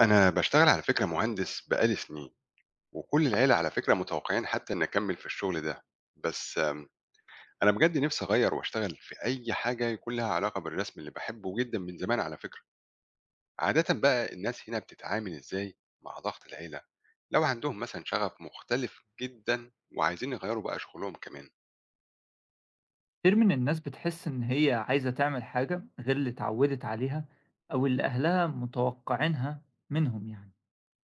أنا باشتغل على فكرة مهندس بقى لي سنين، وكل العيلة على فكرة متوقعين حتّى إنّي أكمّل في الشغل ده، بس أنا بجد نِفْسي أغيّر وأشتغل في أي حاجة يكون لها علاقة بالرسم اللي باحبه جدًا من زمان على فكرة، عادةً بقى الناس هنا بتتعامل إزاي مع ضغط العيلة، لو عندهم مثلًا شغف مختلف جدًا وعايزين يغيّروا بقى شغلهم كمان؟ كتير من الناس بتحس إن هي عايزة تعمل حاجة غير اللي اتعودت عليها أو اللي أهلها متوقعينها منهم يعني،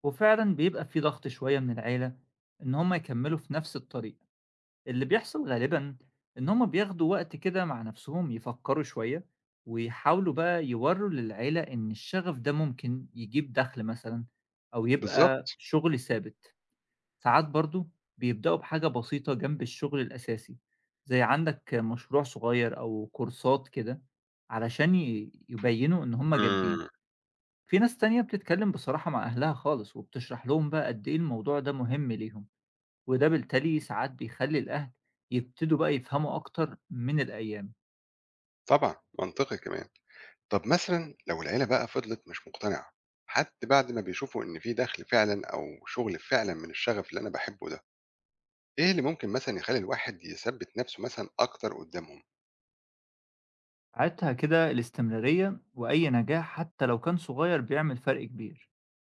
وفعلا بيبقى في ضغط شوية من العيلة إن هم يكملوا في نفس الطريق. اللي بيحصل غالبا إن هم بياخدوا وقت كده مع نفسهم يفكروا شوية ويحاولوا بقى يوروا للعيلة إن الشغف ده ممكن يجيب دخل مثلا أو يبقى بالضبط، شغل ثابت. ساعات برضه بيبدأوا بحاجة بسيطة جنب الشغل الأساسي، زي عندك مشروع صغير أو كورسات كده علشان يبيّنوا إن هم جادين. إمم، في ناس تانية بتتكلم بصراحة مع أهلها خالص وبتشرح لهم بقى قد إيه الموضوع ده مهم ليهم، وده بالتالي ساعات بيخلّي الأهل يبتدوا بقى يفهموا أكتر من الأيام. طبعًا منطقي كمان. طب مثلًا لو العيلة بقى فضلت مش مقتنعة، حتى بعد ما بيشوفوا إن في دخْل فعلًا أو شغل فعلًا من الشغف اللي أنا باحبه ده، إيه اللي ممكن مثلًا يخلّي الواحد يثبّت نَفْسه مثلًا أكتر قدّامهم؟ ساعتها كده الاستمرارية وأي نجاح حتى لو كان صغير بيعمل فرق كبير.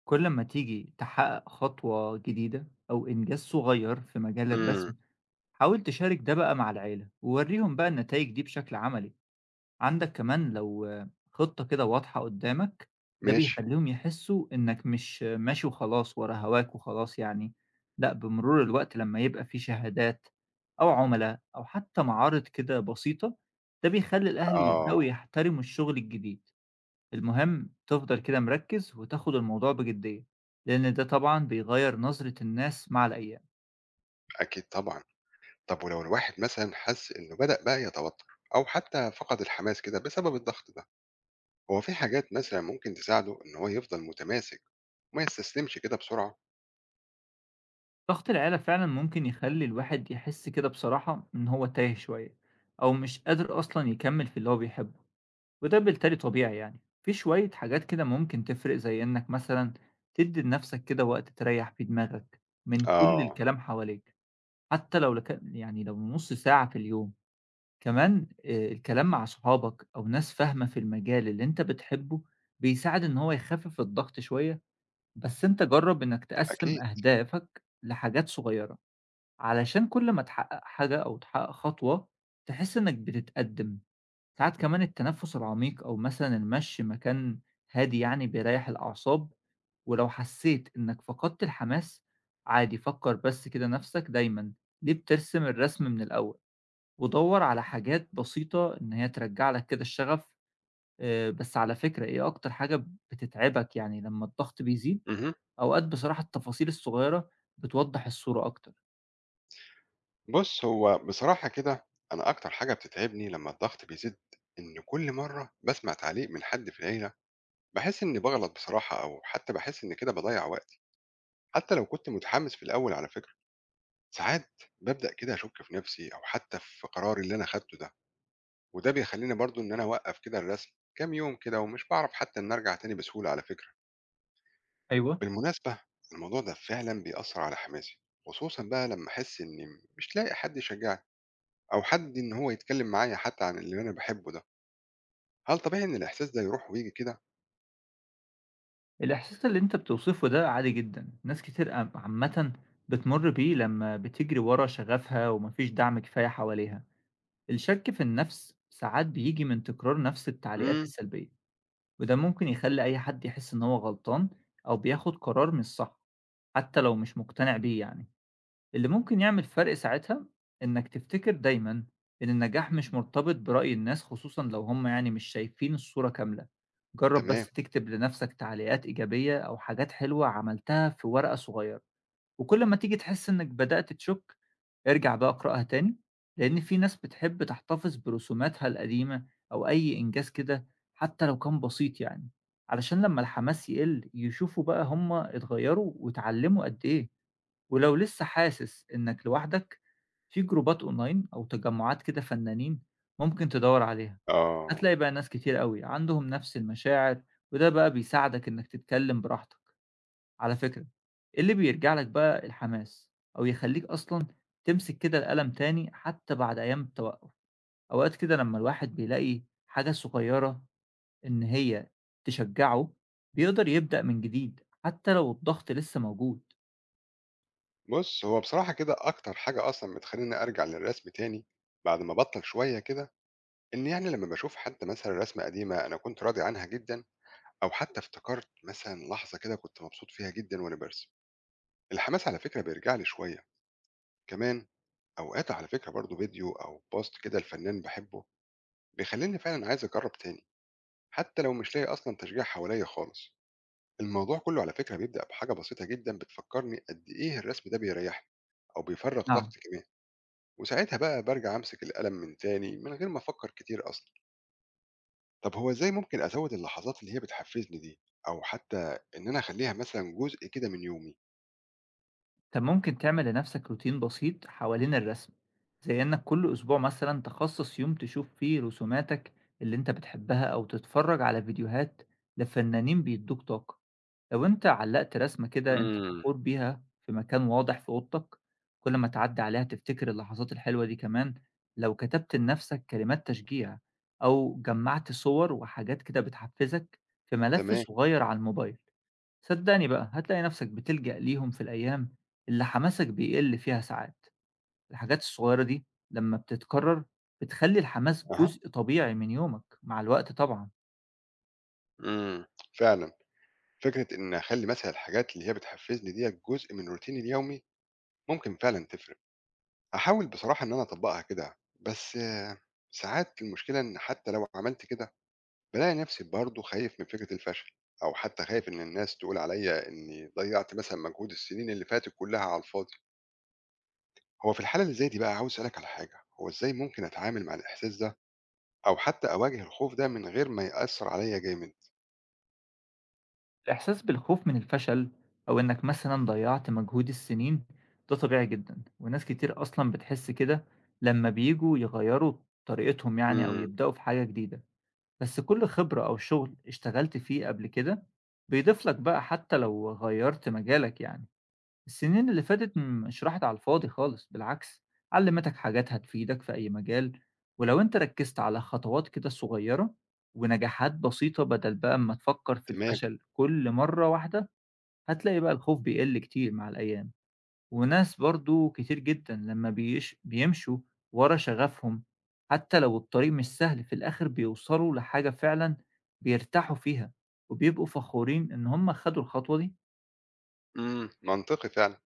كل أمّا تيجي تحقق خطوة جديدة أو إنجاز صغير في مجال إمم، الرسم حاول تشارك ده بقى مع العيلة ووريهم بقى النتائج دي بشكل عملي. عندك كمان لو خطة كده واضحة قدامك، ده ماشي، بيخليهم يحسوا إنك مش ماشي وخلاص ورا هواك وخلاص يعني. لا، بمرور الوقت لما يبقى في شهادات أو عملاء أو حتى معارض كده بسيطة، ده بيخلي الأهل آه، يبدأوا يحترموا الشغل الجديد. المهم تفضل كده مركز وتاخد الموضوع بجدية، لأن ده طبعا بيغير نظرة الناس مع الأيام. أكيد طبعًا. طب ولو الواحد مثلًا حَس إنه بدأ بقى يتوتّر أو حتى فقد الحماس كده بسبب الضغط ده، هو في حاجات مثلًا ممكن تساعده إن هو يفضل متماسك وما يستسلمش كده بسرعة؟ ضغط العيلة فعلًا ممكن يخلّي الواحد يحس كده بصراحة إن هو تايه شوية، أو مش قادر أصلًا يكمّل في اللي هو بيحبه، وده بالتالي طبيعي يعني. في شوية حاجات كده ممكن تفرق زي إنك مثلًا تدّي لنفسك كده وقت تريّح فيه دماغك من كل آه، الكلام حواليك، حتى لو لك يعني لو نُص ساعة في اليوم. كمان الكلام مع صحابك أو ناس فاهمة في المجال اللي أنت بتحبه، بيساعد إن هو يخفف الضغط شوية، بس أنت جرّب إنك تقسّم أكيد. أهدافك لحاجات صغيرة. علشان كل ما تحقق حاجة أو تحقق خطوة تحس إنك بتتقدم، ساعات كمان التنفس العميق أو مثلًا المشي مكان هادي يعني بيريح الأعصاب، ولو حسيت إنك فقدت الحماس عادي فكر بس كده نفسك دايمًا ليه بترسم الرسم من الأول، ودوّر على حاجات بسيطة إن هي ترجع لك كده الشغف. بس على فكرة إيه أكتر حاجة بتتعبك يعني لما الضغط بيزيد؟ اهم. أوقات بصراحة التفاصيل الصغيرة بتوضح الصورة أكتر. بُص، هو بصراحة كده أنا أكتر حاجة بتتعبني لمّا الضغط بيزيد إن كل مرّة باسمع تعليق من حد في العيلة، باحس إني باغلط بصراحة أو حتى باحس إن كده باضيّع وقتي، حتى لو كنت متحمس في الأول على فكرة. ساعات بابدأ كده أشُك في نفسي أو حتى في قراري اللي أنا خدته ده، وده بيخلّيني برضه إن أنا أوقّف كده الرسم كام يوم كده ومش باعرف حتى إن أرجع تاني بسهولة على فكرة. أيوه. بالمناسبة الموضوع ده فعلًا بيأثّر على حماسي، خصوصًا بقى لمّا أحس إني مش لاقي حد يشجّعني. أو حد إن هو يتكلّم معايا حتى عن اللي أنا باحبه ده، هل طبيعي إن الإحساس ده يروح وييجي كده؟ الإحساس اللي أنت بتوصفه ده عادي جدًا، ناس كتير عامةً بتمُر بيه لمّا بتجري ورا شغفها وما فيش دعم كفاية حواليها. الشَك في النَفْس ساعات بييجي من تكرار نَفْس التعليقات إمم، السلبية، وده ممكن يخلّي أي حد يحس إن هو غلطان أو بياخد قرار مش صح، حتى لو مش مقتنع بيه يعني. اللي ممكن يعمل فرق ساعتها إنك تفتكر دايمًا إن النجاح مش مرتبط برأي الناس، خصوصًا لو هم يعني مش شايفين الصورة كاملة. جرّب تمام، بس تكتب لنفسك تعليقات إيجابية أو حاجات حلوة عملتها في ورقة صغيرة، وكل ما تيجي تحس إنك بدأت تشك ارجع بقى اقرأها تاني، لإن في ناس بتحب تحتفظ برسوماتها القديمة أو أي إنجاز كده حتى لو كان بسيط يعني، علشان لما الحماس يقل يشوفوا بقى هم اتغيّروا واتعلموا قد إيه. ولو لسه حاسس إنك لوحدك، في جروبات أونلاين أو تجمعات كده فنانين ممكن تدوّر عليها، آه. هتلاقي بقى ناس كتير أوي عندهم نفس المشاعر، وده بقى بيساعدك إنك تتكلم براحتك. على فكرة، اللي بيرجع لك بقى الحماس أو يخلّيك أصلًا تمسك كده القلم تاني حتى بعد أيام التوقف، أوقات كده لمّا الواحد بيلاقي حاجة صغيرة إن هي تشجّعه، بيقدر يبدأ من جديد حتى لو الضغط لسه موجود. بُص، هو بصراحة كده أكتر حاجة أصلًا بتخلّيني أرجع للرسم تاني بعد ما أبطّل شوية كده، إن يعني لمّا باشوف حتى مثلًا رسمة قديمة أنا كنت راضي عنها جدًا أو حتى افتكرت مثلًا لحظة كده كنت مبسوط فيها جدًا وأنا بارسم، الحماس على فكرة بيرجع لي شوية. كمان أوقات على فكرة برضه فيديو أو post كده لفنان باحبه، بيخلّيني فعلًا عايز أجرّب تاني، حتى لو مش لاقي أصلًا تشجيع حواليّا خالص. الموضوع كله على فكرة بيبدأ بحاجة بسيطة جدا بتفكرني قد إيه الرسم ده بيريحني أو بيفرغ نعم. طاقتي كمان، وساعتها بقى برجع أمسك القلم من تاني من غير ما أفكر كتير أصلا. طب هو إزاي ممكن أزود اللحظات اللي هي بتحفزني دي أو حتى إن أنا أخليها مثلا جزء كده من يومي. طب ممكن تعمل لنفسك روتين بسيط حوالين الرسم، زي انك كل اسبوع مثلا تخصص يوم تشوف فيه رسوماتك اللي انت بتحبها او تتفرج على فيديوهات لفنانين بيدوك طاقة. لو انت علقت رسمة كده انت امم. فخور بيها في مكان واضح في اوضتك، كل ما تعدي عليها تفتكر اللحظات الحلوة دي كمان. لو كتبت لنفسك كلمات تشجيع او جمعت صور وحاجات كده بتحفزك في ملف تمام. صغير على الموبايل، صدّقني بقى، هتلاقي نفْسك بتلجأ ليهم في الأيام اللي حماسك بيقِل فيها. ساعات الحاجات الصغيّرة دي لمّا بتتكرر بتخلّي الحماس أها. جزء طبيعي من يومك مع الوقت طبعًا. امم. فعلا، فكرة إن أخلي مثلا الحاجات اللي هي بتحفزني دي جزء من روتيني اليومي ممكن فعلا تفرق. هحاول بصراحة إن أنا أطبقها كده بس ساعات المشكلة إن حتى لو عملت كده بالاقي نفسي برضه خايف من فكرة الفشل، أو حتى خايف إن الناس تقول عليّا إني ضيّعت مثلًا مجهود السنين اللي فاتت كلها على الفاضي. هو في الحالة اللي زي دي بقى عاوز أسألك على حاجة، هو إزاي ممكن أتعامل مع الإحساس ده، أو حتى أواجه الخوف ده من غير ما يأثّر عليّا جامد؟ الإحساس بالخوف من الفشل أو إنك مثلًا ضيّعت مجهود السنين ده طبيعي جدًا، وناس كتير أصلًا بتحس كده لمّا بييجوا يغيّروا طريقتهم يعني أو إمم، يبدأوا في حاجة جديدة، بس كل خبرة أو شغل اشتغلت فيه قبل كده بيضيف لك بقى حتى لو غيّرت مجالك يعني. السنين اللي فاتت مش راحت على الفاضي خالص، بالعكس علمتك حاجات هتفيدك في أي مجال، ولو أنت ركزت على خطوات كده صغيرة ونجاحات بسيطة بدل بقى ما تفكر في تمام، الفشل كل مرة واحدة هتلاقي بقى الخوف بيقل كتير مع الأيام. وناس برضو كتير جدا لما بيمشوا ورا شغفهم حتى لو الطريق مش سهل، في الآخر بيوصلوا لحاجة فعلا بيرتاحوا فيها وبيبقوا فخورين إن هم خدوا الخطوة دي. إمم، منطقي فعلًا.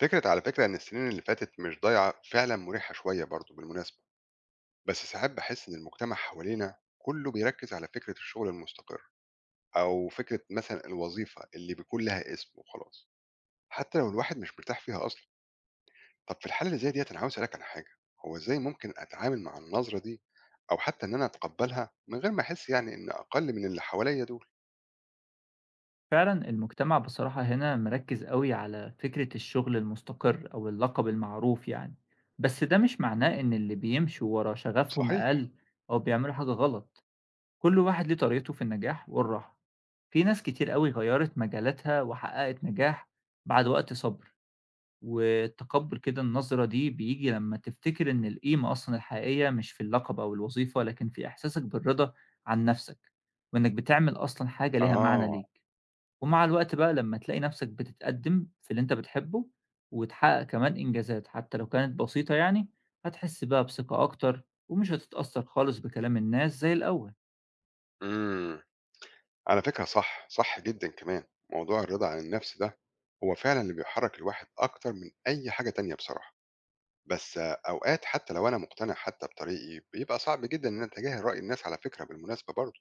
فكرة على فكرة إن السنين اللي فاتت مش ضايعة فعلًا مُريحة شوية برضه بالمناسبة، بس ساعات باحس إن المجتمع حوالينا كُلّه بيركّز على فكرة الشغل المستقر، أو فكرة مثلًا الوظيفة اللي بيكون لها اسم وخلاص. حتى لو الواحد مش مرتاح فيها أصلا. طب في الحالة اللي زي ديت أنا عاوز أسألك على حاجة، هو إزاي ممكن أتعامل مع النظرة دي أو حتى إن أنا أتقبلها من غير ما أحس يعني إن أقل من اللي حواليا دول. فعلا المجتمع بصراحة هنا مركز قوي على فكرة الشغل المستقر أو اللقب المعروف يعني، بس ده مش معناه إن اللي بيمشوا ورا شغفهم صحيح. أقل أو بيعملوا حاجة غلط. كل واحد ليه طريقته في النجاح والراحة. في ناس كتير قوي غيرت مجالاتها وحققت نجاح بعد وقت صبر. وتقبل كده النظرة دي بيجي لما تفتكر إن القيمة أصلا الحقيقية مش في اللقب أو الوظيفة لكن في إحساسك بالرضا عن نفسك، وإنك بتعمل أصلا حاجة ليها معنى آه. ليك. ومع الوقت بقى لمّا تلاقي نَفْسك بتتقدِّم في اللي أنت بتحبه، وتحقق كمان إنجازات حتى لو كانت بسيطة يعني، هتحس بقى بثقة أكتر، ومش هتتأثّر خالص بكلام الناس زي الأول. امم. على فكرة صح صح جدا، كمان موضوع الرضا عن النفس ده هو فعلا اللي بيحرك الواحد أكتر من أي حاجة تانية بصراحة. بس أوقات حتى لو أنا مقتنع حتى بطريقي بيبقى صعب جدا إن أنا أتجاهل رأي الناس على فكرة بالمناسبة برضه،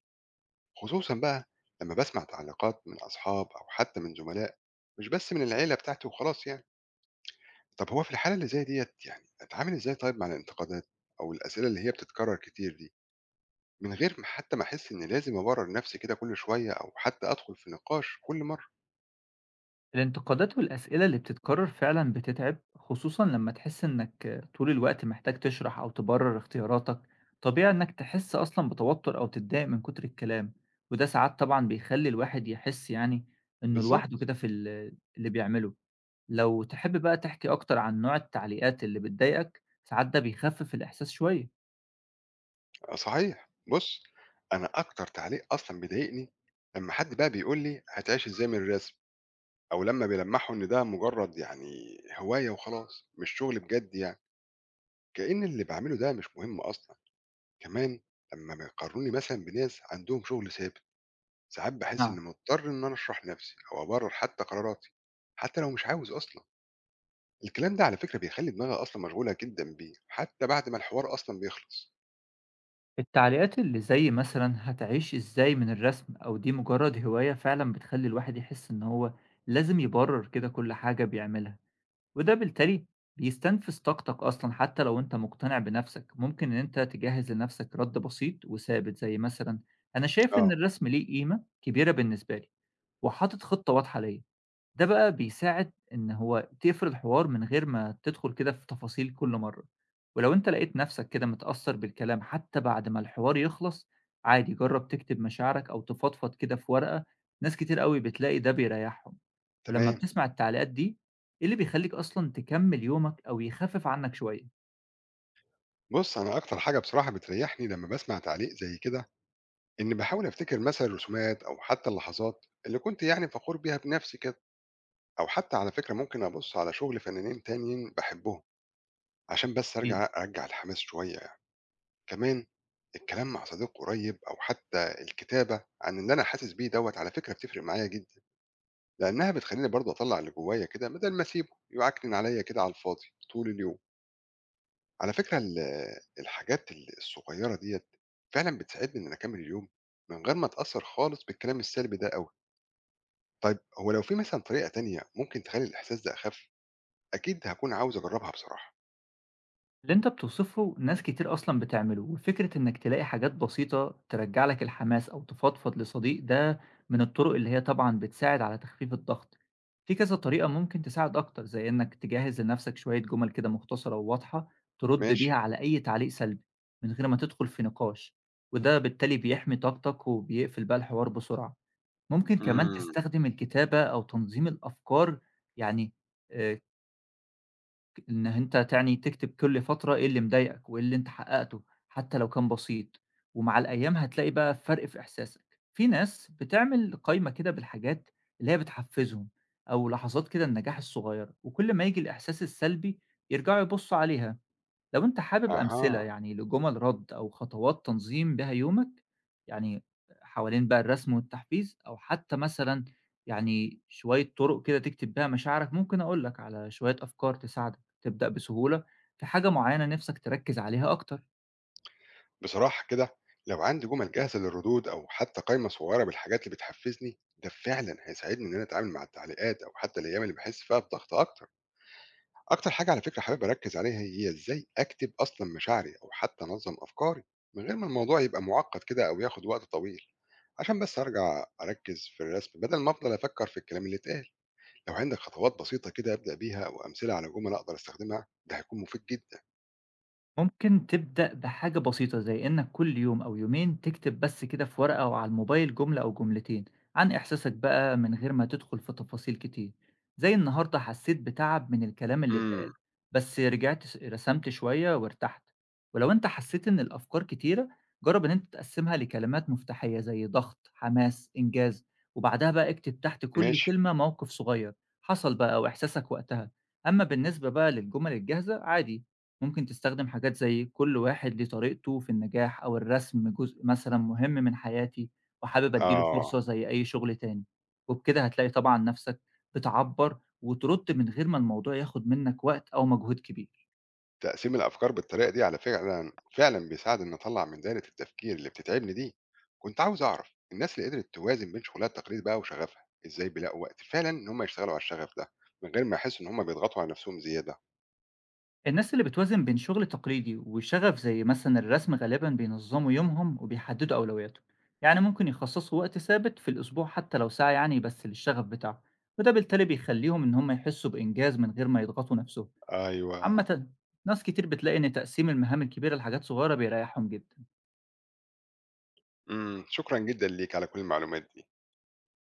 خصوصًا بقى لمّا باسمع تعليقات من أصحاب أو حتى من زملاء، مش بس من العيلة بتاعتي وخلاص يعني. طب هو في الحالة اللي زي ديّة يعني أتعامل إزاي طيب مع الانتقادات أو الأسئلة اللي هي بتتكرر كتير دي، من غير ما حتى ما أحس إني لازم أبرر نفسي كده كل شوية أو حتى أدخل في نقاش كل مرة؟ الانتقادات والأسئلة اللي بتتكرر فعلًا بتتعب، خصوصًا لمّا تحس إنك طول الوقت محتاج تشرح أو تبرر اختياراتك، طبيعي إنك تحس أصلًا بتوتر أو تتضايق من كتر الكلام، وده ساعات طبعًا بيخلّي الواحد يحس يعني إنه لوحده بالضبط، كده في اللي بيعمله. لو تحب بقى تحكي أكتر عن نوع التعليقات اللي بتضايقك، ساعات ده بيخفف الإحساس شوية. آه صحيح. بُص، أنا أكتر تعليق أصلًا بيضايقني لمّا حد بقى بيقول لي هتعيش إزاي من الرسم، أو لمّا بيلمّحوا إن ده مجرد يعني هواية وخلاص، مش شغل بجد يعني. كأن اللي باعمله ده مش مهم أصلًا، كمان لمّا بيقارنوني مثلًا بناس عندهم شغل ثابت، ساعات باحس نعم. إني مضطر إن أنا أشرح نفسي أو أبرر حتى قراراتي، حتى لو مش عاوز أصلًا، الكلام ده على فكرة بيخلّي دماغي أصلًا مشغولة جدًا بيه، حتى بعد ما الحوار أصلًا بيخلص. التعليقات اللي زي مثلًا هتعيش إزاي من الرسم أو دي مجرد هواية، فعلًا بتخلي الواحد يحس إن هو لازم يبرر كده كل حاجة بيعملها، وده بالتالي بيستنفذ طاقتك أصلًا حتى لو أنت مقتنع بنفسك. ممكن إن أنت تجهز لنفسك رد بسيط وثابت زي مثلًا: أنا شايف إن آه. الرسم ليه قيمة كبيرة بالنسبة لي، وحاطط خطة واضحة ليا. ده بقى بيساعد إن هو تقفل الحوار من غير ما تدخل كده في تفاصيل كل مرة. ولو أنت لقيت نفسك كده متأثر بالكلام حتى بعد ما الحوار يخلص، عادي جرب تكتب مشاعرك أو تفضفض كده في ورقة، ناس كتير قوي بتلاقي ده بيريحهم. ولما تمام، بتسمع التعليقات دي إيه اللي بيخليك أصلا تكمل يومك أو يخفف عنك شوية؟ بُص أنا أكتر حاجة بصراحة بتريحني لمّا باسمع تعليق زي كده، إني باحاول أفتكر مثلًا الرسومات أو حتى اللحظات اللي كنت يعني فخور بيها بنفسي كده، أو حتى على فكرة ممكن أبُص على شغل فنانين تانيين باحبهم. عشان بس أرجع الحماس شوية يعني. كمان الكلام مع صديق قريب أو حتى الكتابة عن اللي أنا حاسس بيه دوت على فكرة بتفرق معايا جدا، لأنها بتخليني برضه أطلع اللي جوايا كده بدل ما أسيبه يعكنن عليا كده على الفاضي طول اليوم. على فكرة الحاجات الصغيرة ديت فعلا بتساعدني إن أنا أكمل اليوم من غير ما أتأثر خالص بالكلام السلبي ده أوي. طيب هو لو في مثلا طريقة تانية ممكن تخلي الإحساس ده أخف أكيد هكون عاوز أجربها بصراحة. اللي انت بتوصفه ناس كتير اصلا بتعمله، وفكرة انك تلاقي حاجات بسيطة ترجع لك الحماس او تفضفض لصديق ده من الطرق اللي هي طبعا بتساعد على تخفيف الضغط. في كذا طريقة ممكن تساعد اكتر، زي انك تجهز لنفسك شوية جمل كده مختصرة وواضحة ترد ماشي. بيها على اي تعليق سلبي من غير ما تدخل في نقاش، وده بالتالي بيحمي طاقتك وبيقفل بقى الحوار بسرعة. ممكن كمان امم. تستخدم الكتابة او تنظيم الافكار يعني، آه، إن أنت تعني تكتب كل فترة إيه اللي مضايقك وإيه اللي أنت حققته حتى لو كان بسيط، ومع الأيام هتلاقي بقى فرق في إحساسك. في ناس بتعمل قايمة كده بالحاجات اللي هي بتحفزهم أو لحظات كده النجاح الصغيرة، وكل ما ييجي الإحساس السلبي يرجعوا يبصوا عليها. لو أنت حابب أها. أمثلة يعني لجُمل رَد أو خطوات تنظيم بيها يومك، يعني حوالين بقى الرسم والتحفيز أو حتى مثلًا يعني شوية طُرق كده تكتب بيها مشاعرك، ممكن أقول لك على شوية أفكار تساعدك تبدأ بسهولة في حاجة معيّنة نِفْسك تركّز عليها أكتر. بصراحة كده، لو عندي جمل جاهزة للردود أو حتى قائمة صغيرة بالحاجات اللي بتحفزني ده فعلا هيساعدني إن أنا أتعامل مع التعليقات أو حتى الأيام اللي بحس فيها بضغط أكتر. أكتر حاجة على فكرة حابب أركز عليها هي إزاي أكتب أصلا مشاعري أو حتى أنظم أفكاري من غير ما الموضوع يبقى معقد كده أو ياخد وقت طويل، عشان بس أرجع أركز في الرسم بدل ما أفضل أفكر في الكلام اللي اتقال. لو عندك خطوات بسيطة كده أبدأ بيها أو أمثلة على جمل أقدر أستخدمها ده هيكون مفيد جدا. ممكن تبدأ بحاجة بسيطة زي إنك كل يوم أو يومين تكتب بس كده في ورقة أو على الموبايل جملة أو جملتين عن إحساسك بقى من غير ما تدخل في تفاصيل كتير، زي: النهاردة حسيت بتعب من الكلام اللي اتقال امم. بس رجعت رسمت شوية وارتحت. ولو أنت حسيت إن الأفكار كتيرة جرب إن أنت تقسمها لكلمات مفتاحية زي ضغط، حماس، إنجاز، وبعدها بقى اكتب تحت كل ماشي. كلمة موقف صغير حصل بقى وإحساسك وقتها. أما بالنسبة بقى للجمل الجاهزة عادي، ممكن تستخدم حاجات زي: كل واحد ليه طريقته في النجاح، أو: الرسم جزء مثلا مهم من حياتي وحابب أديله آه. فرصة زي أي شغل تاني. وبكده هتلاقي طبعا نفسك بتعبر وترد من غير ما الموضوع ياخد منك وقت أو مجهود كبير. تقسيم الأفكار بالطريقة دي على فعلًا فعلًا بيساعد إني أطلّع من دايرة التفكير اللي بتتعبني دي. كنت عاوز أعرف الناس اللي قدرت توازن بين شغلها التقليدي بقى وشغفها، إزاي بيلاقوا وقت فعلًا إن هم يشتغلوا على الشغف ده، من غير ما يحسّوا إن هم بيضغطوا على نفسهم زيادة؟ الناس اللي بتوازن بين شغل تقليدي وشغف زي مثلا الرسم غالبا بينظموا يومهم وبيحددوا أولوياتهم، يعني ممكن يخصصوا وقت ثابت في الأسبوع حتى لو ساعة يعني بس للشغف بتاعهم، وده بالتالي بيخليهم إن هم يحسوا بإنجاز من غير ما يضغطوا نفسهم. أيوه. عامةً، ناس كتير بتلاقي إن تقسيم المهام الكبيرة لحاجات صغيرة بيريحهم جدًا. إمم، شكرًا جدًا ليك على كل المعلومات دي.